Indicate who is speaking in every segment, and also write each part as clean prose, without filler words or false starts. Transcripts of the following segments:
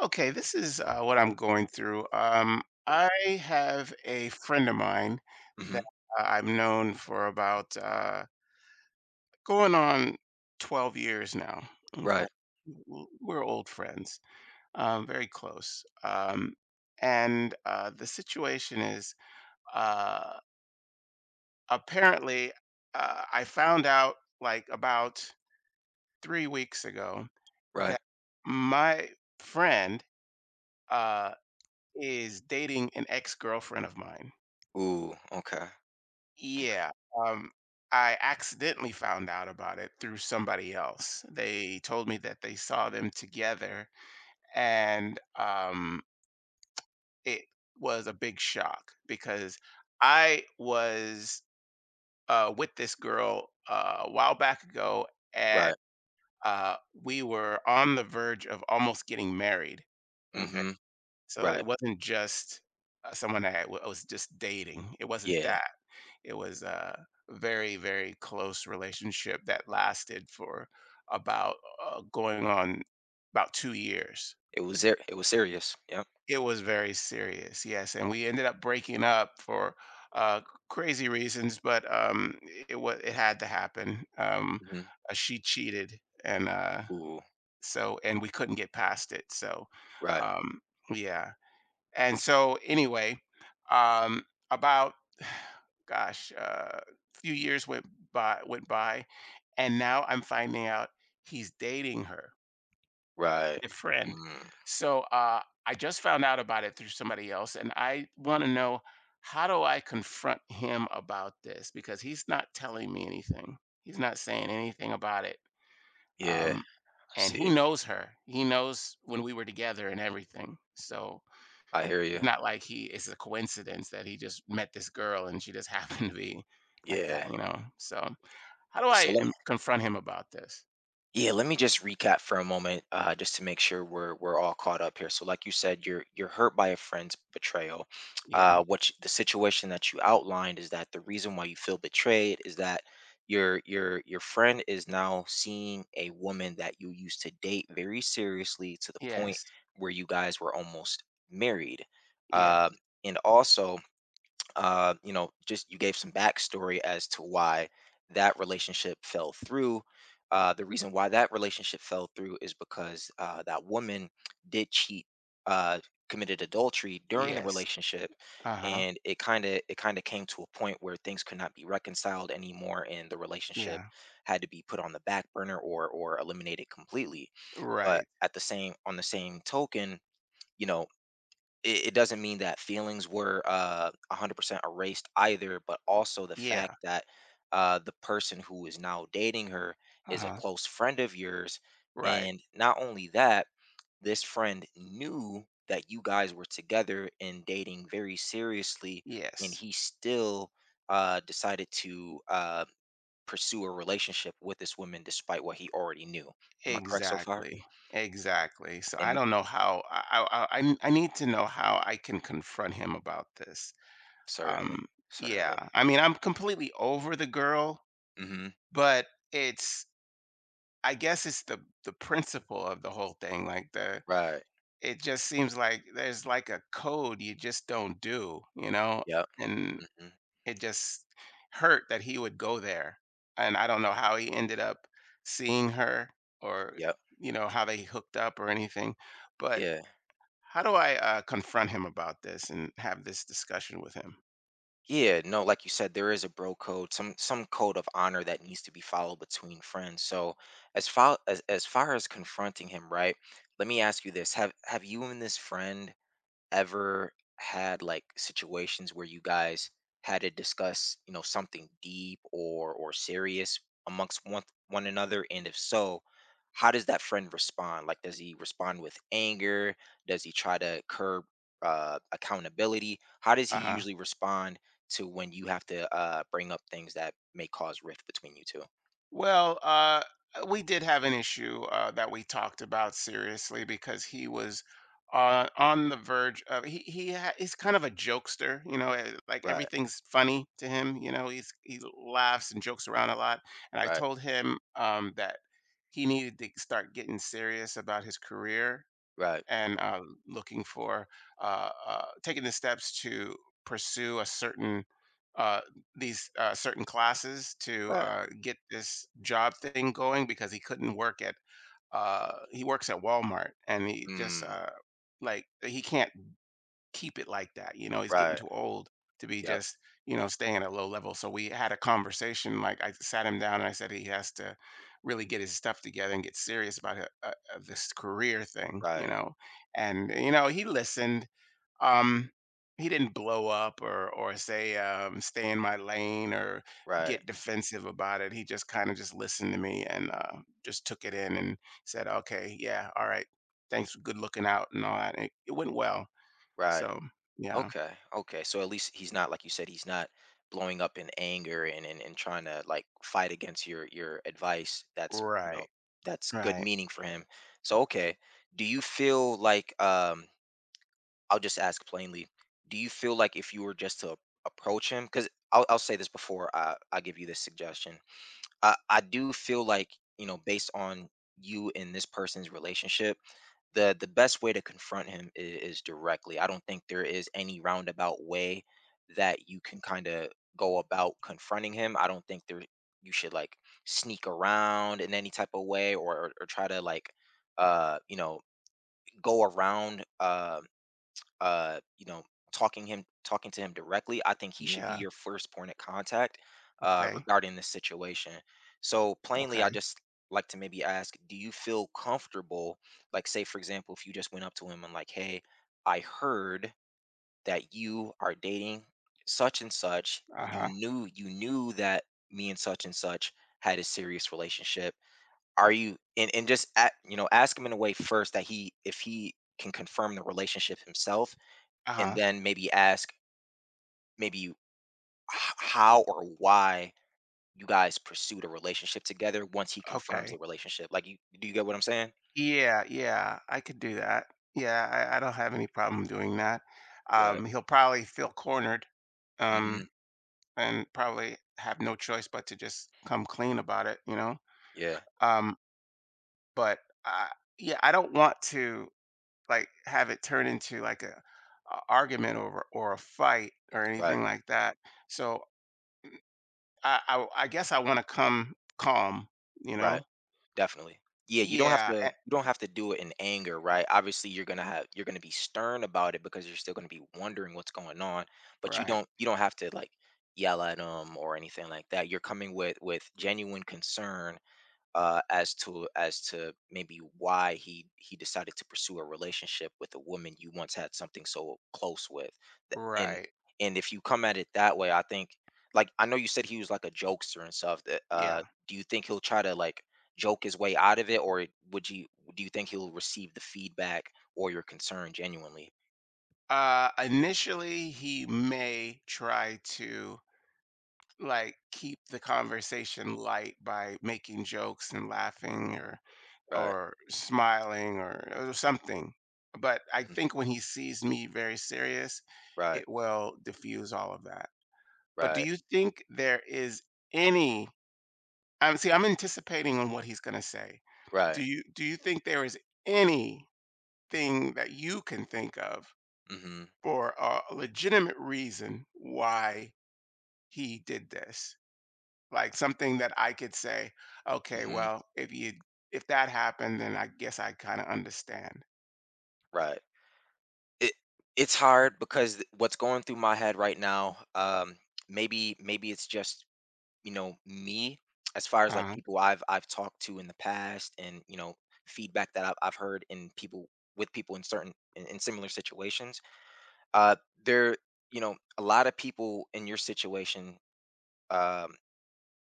Speaker 1: Okay, this is what I'm going through. I have a friend of mine that
Speaker 2: Hmm.
Speaker 1: I've known for about going on 12 years now. Okay.
Speaker 2: Right.
Speaker 1: We're old friends, very close. And the situation is uh, apparently, I found out like about 3 weeks ago
Speaker 2: Right.
Speaker 1: that my friend. uh, is dating an ex-girlfriend of mine.
Speaker 2: Ooh. Okay.
Speaker 1: Yeah, um, I accidentally found out about it through somebody else. They told me that they saw them together, and, it was a big shock because I was, with this girl, a while back ago, and,
Speaker 2: Right.
Speaker 1: we were on the verge of almost getting married, okay?
Speaker 2: Hmm.
Speaker 1: So
Speaker 2: Right.
Speaker 1: it wasn't just, someone that I wa was just dating, it wasn't
Speaker 2: Yeah.
Speaker 1: that. It was a very, very close relationship that lasted for about going on about 2 years.
Speaker 2: It was there. It was serious. Yep.
Speaker 1: It was very serious, yes, and we ended up breaking up for uh, crazy reasons, but it had to happen.
Speaker 2: Hmm.
Speaker 1: She cheated, and uh,
Speaker 2: Ooh.
Speaker 1: so and we couldn't get past it. So,
Speaker 2: Right.
Speaker 1: um, yeah, and so anyway, about gosh, few years went by went by, and now I'm finding out he's dating her,
Speaker 2: Right.
Speaker 1: a friend.
Speaker 2: Mm.
Speaker 1: So I just found out about it through somebody else, and I want to know how do I confront him about this because he's not telling me anything. He's not saying anything about it.
Speaker 2: Yeah.
Speaker 1: Um,
Speaker 2: I
Speaker 1: and he
Speaker 2: see.
Speaker 1: knows her. He knows when we were together and everything. So
Speaker 2: I hear
Speaker 1: it's
Speaker 2: you.
Speaker 1: not like he it's a coincidence that he just met this girl and she just happened to be like that,
Speaker 2: Yeah.
Speaker 1: you know? So, how do
Speaker 2: So
Speaker 1: I,
Speaker 2: let
Speaker 1: confront him about this?
Speaker 2: Yeah, let me just recap for a moment, just to make sure we're all caught up here. So, like you said, you're hurt by a friend's betrayal.
Speaker 1: Yeah.
Speaker 2: The situation that you outlined is that the reason why you feel betrayed is that your friend is now seeing a woman that you used to date very seriously, to the point
Speaker 1: Yes.
Speaker 2: where you guys were almost married.
Speaker 1: Yeah.
Speaker 2: Um, and also, just, you gave some backstory as to why that relationship fell through. The reason why that relationship fell through is because, that woman did cheat, uh, committed adultery during the
Speaker 1: Yes.
Speaker 2: relationship,
Speaker 1: Uh-huh.
Speaker 2: and it kind of came to a point where things could not be reconciled anymore, and the relationship
Speaker 1: Yeah.
Speaker 2: had to be put on the back burner or eliminated completely. But
Speaker 1: Right.
Speaker 2: at the same on the same token, you know, it doesn't mean that feelings were 100% erased, either, but also the
Speaker 1: Yeah.
Speaker 2: fact that the person who is now dating her is a
Speaker 1: Uh-huh.
Speaker 2: close friend of yours,
Speaker 1: Right.
Speaker 2: and not only that, this friend knew that you guys were together and dating very seriously, and
Speaker 1: Yes.
Speaker 2: he still decided to pursue a relationship with this woman despite what he already knew. Am I correct so far?
Speaker 1: Exactly. Exactly. So I
Speaker 2: And
Speaker 1: don't know how I need to know how I can confront him about this.
Speaker 2: certainly
Speaker 1: Um
Speaker 2: certainly
Speaker 1: yeah. I mean, I'm completely over the girl,
Speaker 2: Hmm.
Speaker 1: but it's I guess it's the principle of the whole thing, like, the
Speaker 2: Right.
Speaker 1: it just seems like there's, like, a code you just don't do, you know?
Speaker 2: Yep.
Speaker 1: And
Speaker 2: Hmm.
Speaker 1: it just hurt that he would go there, and I don't know how he ended up seeing her or,
Speaker 2: Yep.
Speaker 1: you know, how they hooked up or anything, but
Speaker 2: Yeah.
Speaker 1: how do I, confront him about this and have this discussion with him?
Speaker 2: Yeah. No, like you said, there is a bro code, some code of honor that needs to be followed between friends. So as far as confronting him, right? Let me ask you this. Have you and this friend ever had, like, situations where you guys had to discuss, something deep or serious amongst one another? And if so, how does that friend respond? Like, does he respond with anger? Does he try to curb, accountability? How does he
Speaker 1: Uh-huh.
Speaker 2: usually respond to when you have to, bring up things that may cause rift between you two?
Speaker 1: Well, we did have an issue that we talked about seriously because he was on the verge of he ha- he's kind of a jokester, you know, like
Speaker 2: Right,
Speaker 1: everything's funny to him. You know, he laughs and jokes around a lot. And I
Speaker 2: right,
Speaker 1: told him that he needed to start getting serious about his career
Speaker 2: right,
Speaker 1: and looking for taking the steps to pursue a certain uh, these certain classes to
Speaker 2: right.
Speaker 1: get this job thing going because he couldn't work at he works at Walmart and he just,
Speaker 2: Mm,
Speaker 1: like he can't keep it like that. You know, he's getting
Speaker 2: right.
Speaker 1: too old to be
Speaker 2: Yep.
Speaker 1: just, you know, staying at a low level. So we had a conversation. Like I sat him down and I said he has to really get his stuff together and get serious about it, this career thing, you
Speaker 2: Right,
Speaker 1: know. And you know, he listened. Um, he didn't blow up or say, stay in my lane or
Speaker 2: right,
Speaker 1: get defensive about it. He just kind of just listened to me and, just took it in and said, okay, yeah, all right, thanks, good looking out and all that. It went well.
Speaker 2: right.
Speaker 1: So, yeah.
Speaker 2: Okay. Okay. So, at least he's not, like you said, he's not blowing up in anger and trying to, like, fight against your advice. That's you know
Speaker 1: Right,
Speaker 2: that's good
Speaker 1: right.
Speaker 2: meaning for him. So, okay, do you feel like, I'll just ask plainly, do you feel like if you were just to approach him? Because I'll say this before I give you this suggestion. I do feel like, based on you and this person's relationship, the best way to confront him is directly. I don't think there is any roundabout way that you can kind of go about confronting him. I don't think there — you should, like, sneak around in any type of way, or try to, like, uh you know go around, uh, you know, talking to him directly. I think he should be
Speaker 1: Yeah,
Speaker 2: your first point of contact,
Speaker 1: okay,
Speaker 2: regarding this situation. So, plainly, I
Speaker 1: okay.
Speaker 2: just like to maybe ask, do you feel comfortable? Like, say for example, if you just went up to him and like, hey, I heard that you are dating such and such. You
Speaker 1: Uh-huh,
Speaker 2: knew you knew that me and such had a serious relationship. Are you — and just at, ask him in a way first that he, if he can confirm the relationship himself, and
Speaker 1: uh-huh,
Speaker 2: then maybe ask, maybe h- how or why you guys pursued a relationship together once he confirms
Speaker 1: okay.
Speaker 2: the relationship. Like, you do you get what I'm saying?
Speaker 1: Yeah, yeah, I could do that. Yeah, I don't have any problem doing that.
Speaker 2: Good.
Speaker 1: He'll probably feel cornered,
Speaker 2: Hmm.
Speaker 1: um, and probably have no choice but to just come clean about it, you know?
Speaker 2: Yeah.
Speaker 1: Um, but, uh, yeah, I don't want to, like, have it turn into, like, a argument over or a fight or
Speaker 2: Right.
Speaker 1: anything like that. So I guess I wanna come calm, you
Speaker 2: Right.
Speaker 1: know?
Speaker 2: Definitely. Yeah. You don't have
Speaker 1: Yeah,
Speaker 2: to.
Speaker 1: a
Speaker 2: You don't have to do it in anger, right? Obviously, you're gonna have. You're gonna be stern about it because you're still gonna be wondering what's going on. But you
Speaker 1: right,
Speaker 2: don't. You don't have to, like, yell at him or anything like that. You're coming with genuine concern, as to maybe why he decided to pursue a relationship with a woman you once had something so close with. Th- and
Speaker 1: right,
Speaker 2: and if you come at it that way, I think, like, I know you said he was like a jokester and stuff, that,
Speaker 1: yeah.
Speaker 2: do you think he'll try to, like, joke his way out of it? Or would you do you think he'll receive the feedback or your concern genuinely?
Speaker 1: Initially, he may try to, like, keep the conversation light by making jokes and laughing or
Speaker 2: Right.
Speaker 1: smiling or something, but I
Speaker 2: Mhm,
Speaker 1: think when he sees me very serious,
Speaker 2: right.
Speaker 1: it will diffuse all of that. But do
Speaker 2: Right.
Speaker 1: you think there is any? See, I'm anticipating on what he's going to say. Do
Speaker 2: Right.
Speaker 1: you do you think there is anything that you can think of
Speaker 2: Mhm.
Speaker 1: for a legitimate reason why he did this? Like something that I could say, okay,
Speaker 2: Mhm.
Speaker 1: well, if that happened, then I guess I kind of understand.
Speaker 2: Right. It it's hard because, what's going through my head right now, maybe it's just, you know me, as far as, like,
Speaker 1: Uh,
Speaker 2: people I've talked to in the past, and, feedback that I've heard in people with people in certain, in similar situations, uh there, a lot of people in your situation, um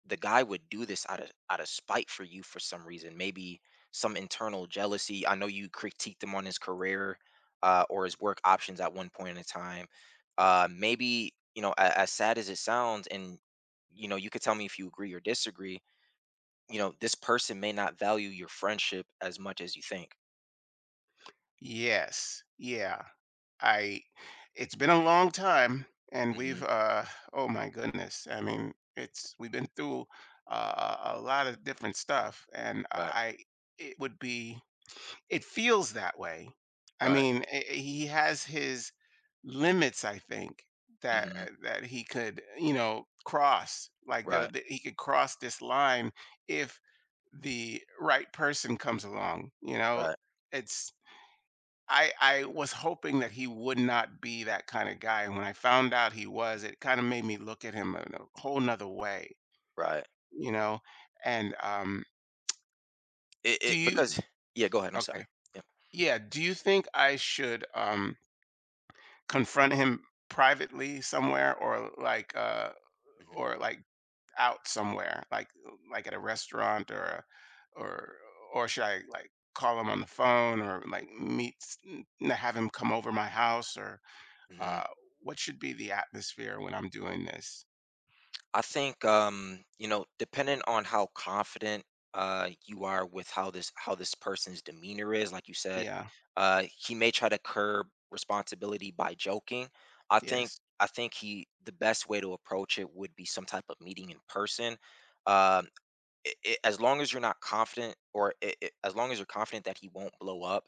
Speaker 2: the guy would do this out of, spite for you for some reason, maybe some internal jealousy. I know you critiqued him on his career, or his work options at one point in time. Maybe, as, sad as it sounds, and, you could tell me if you agree or disagree, this person may not value your friendship as much as you think.
Speaker 1: yes, yeah. I it's been a long time, and we've,
Speaker 2: Hmm.
Speaker 1: oh my goodness, I mean, it's we've been through a lot of different stuff, and
Speaker 2: Right.
Speaker 1: I it would be it feels that way. I
Speaker 2: Right.
Speaker 1: mean, he has his limits, I think that
Speaker 2: Hmm.
Speaker 1: that he could, you know, cross, like,
Speaker 2: Right.
Speaker 1: the he could cross this line if the right person comes along, you know?
Speaker 2: Right.
Speaker 1: It's I was hoping that he would not be that kind of guy, and when I found out he was, it kinda made me look at him in a whole nother way,
Speaker 2: Right.
Speaker 1: you know? And,
Speaker 2: it,
Speaker 1: do
Speaker 2: it
Speaker 1: you
Speaker 2: because Yeah, go ahead, I'm sorry.
Speaker 1: okay.
Speaker 2: Yeah.
Speaker 1: Yeah, do you think I should, confront him privately somewhere or like, or like out somewhere, like at a restaurant or a or or should I, like, call him on the phone or, like, meet s n have him come over my house or,
Speaker 2: Hmm.
Speaker 1: uh, what should be the atmosphere when I'm doing this?
Speaker 2: I think, depending on how confident you are with how this person's demeanor is, like you said,
Speaker 1: Yeah,
Speaker 2: he may try to curb responsibility by joking. I think,
Speaker 1: yes,
Speaker 2: I think he the best way to approach it would be some type of meeting in person. Um I as long as you're not confident, or I as long as you're confident, that he won't blow up,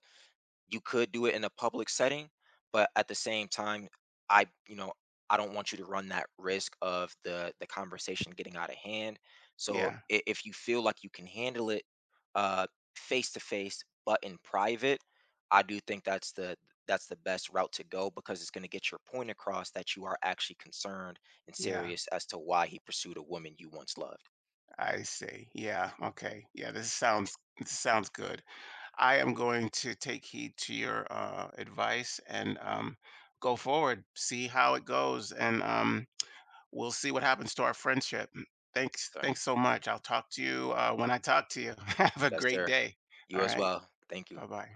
Speaker 2: you could do it in a public setting, but at the same time, I, you know, I don't want you to run that risk of the conversation getting out of hand. So,
Speaker 1: yeah,
Speaker 2: if you feel like you can handle it, uh face to face but in private, I do think that's the best route to go, because it's going to get your point across that you are actually concerned and
Speaker 1: yeah.
Speaker 2: serious as to why he pursued a woman you once loved.
Speaker 1: I see. Yeah, okay. Yeah, this sounds good. I am going to take heed to your, advice and, go forward. See how it goes, and, we'll see what happens to our friendship.
Speaker 2: Sorry.
Speaker 1: Thanks so much. I'll talk to you, when I talk to you. Have a
Speaker 2: Yes,
Speaker 1: great
Speaker 2: sir.
Speaker 1: day.
Speaker 2: You
Speaker 1: All
Speaker 2: as
Speaker 1: right.
Speaker 2: well. Thank you.
Speaker 1: Bye bye.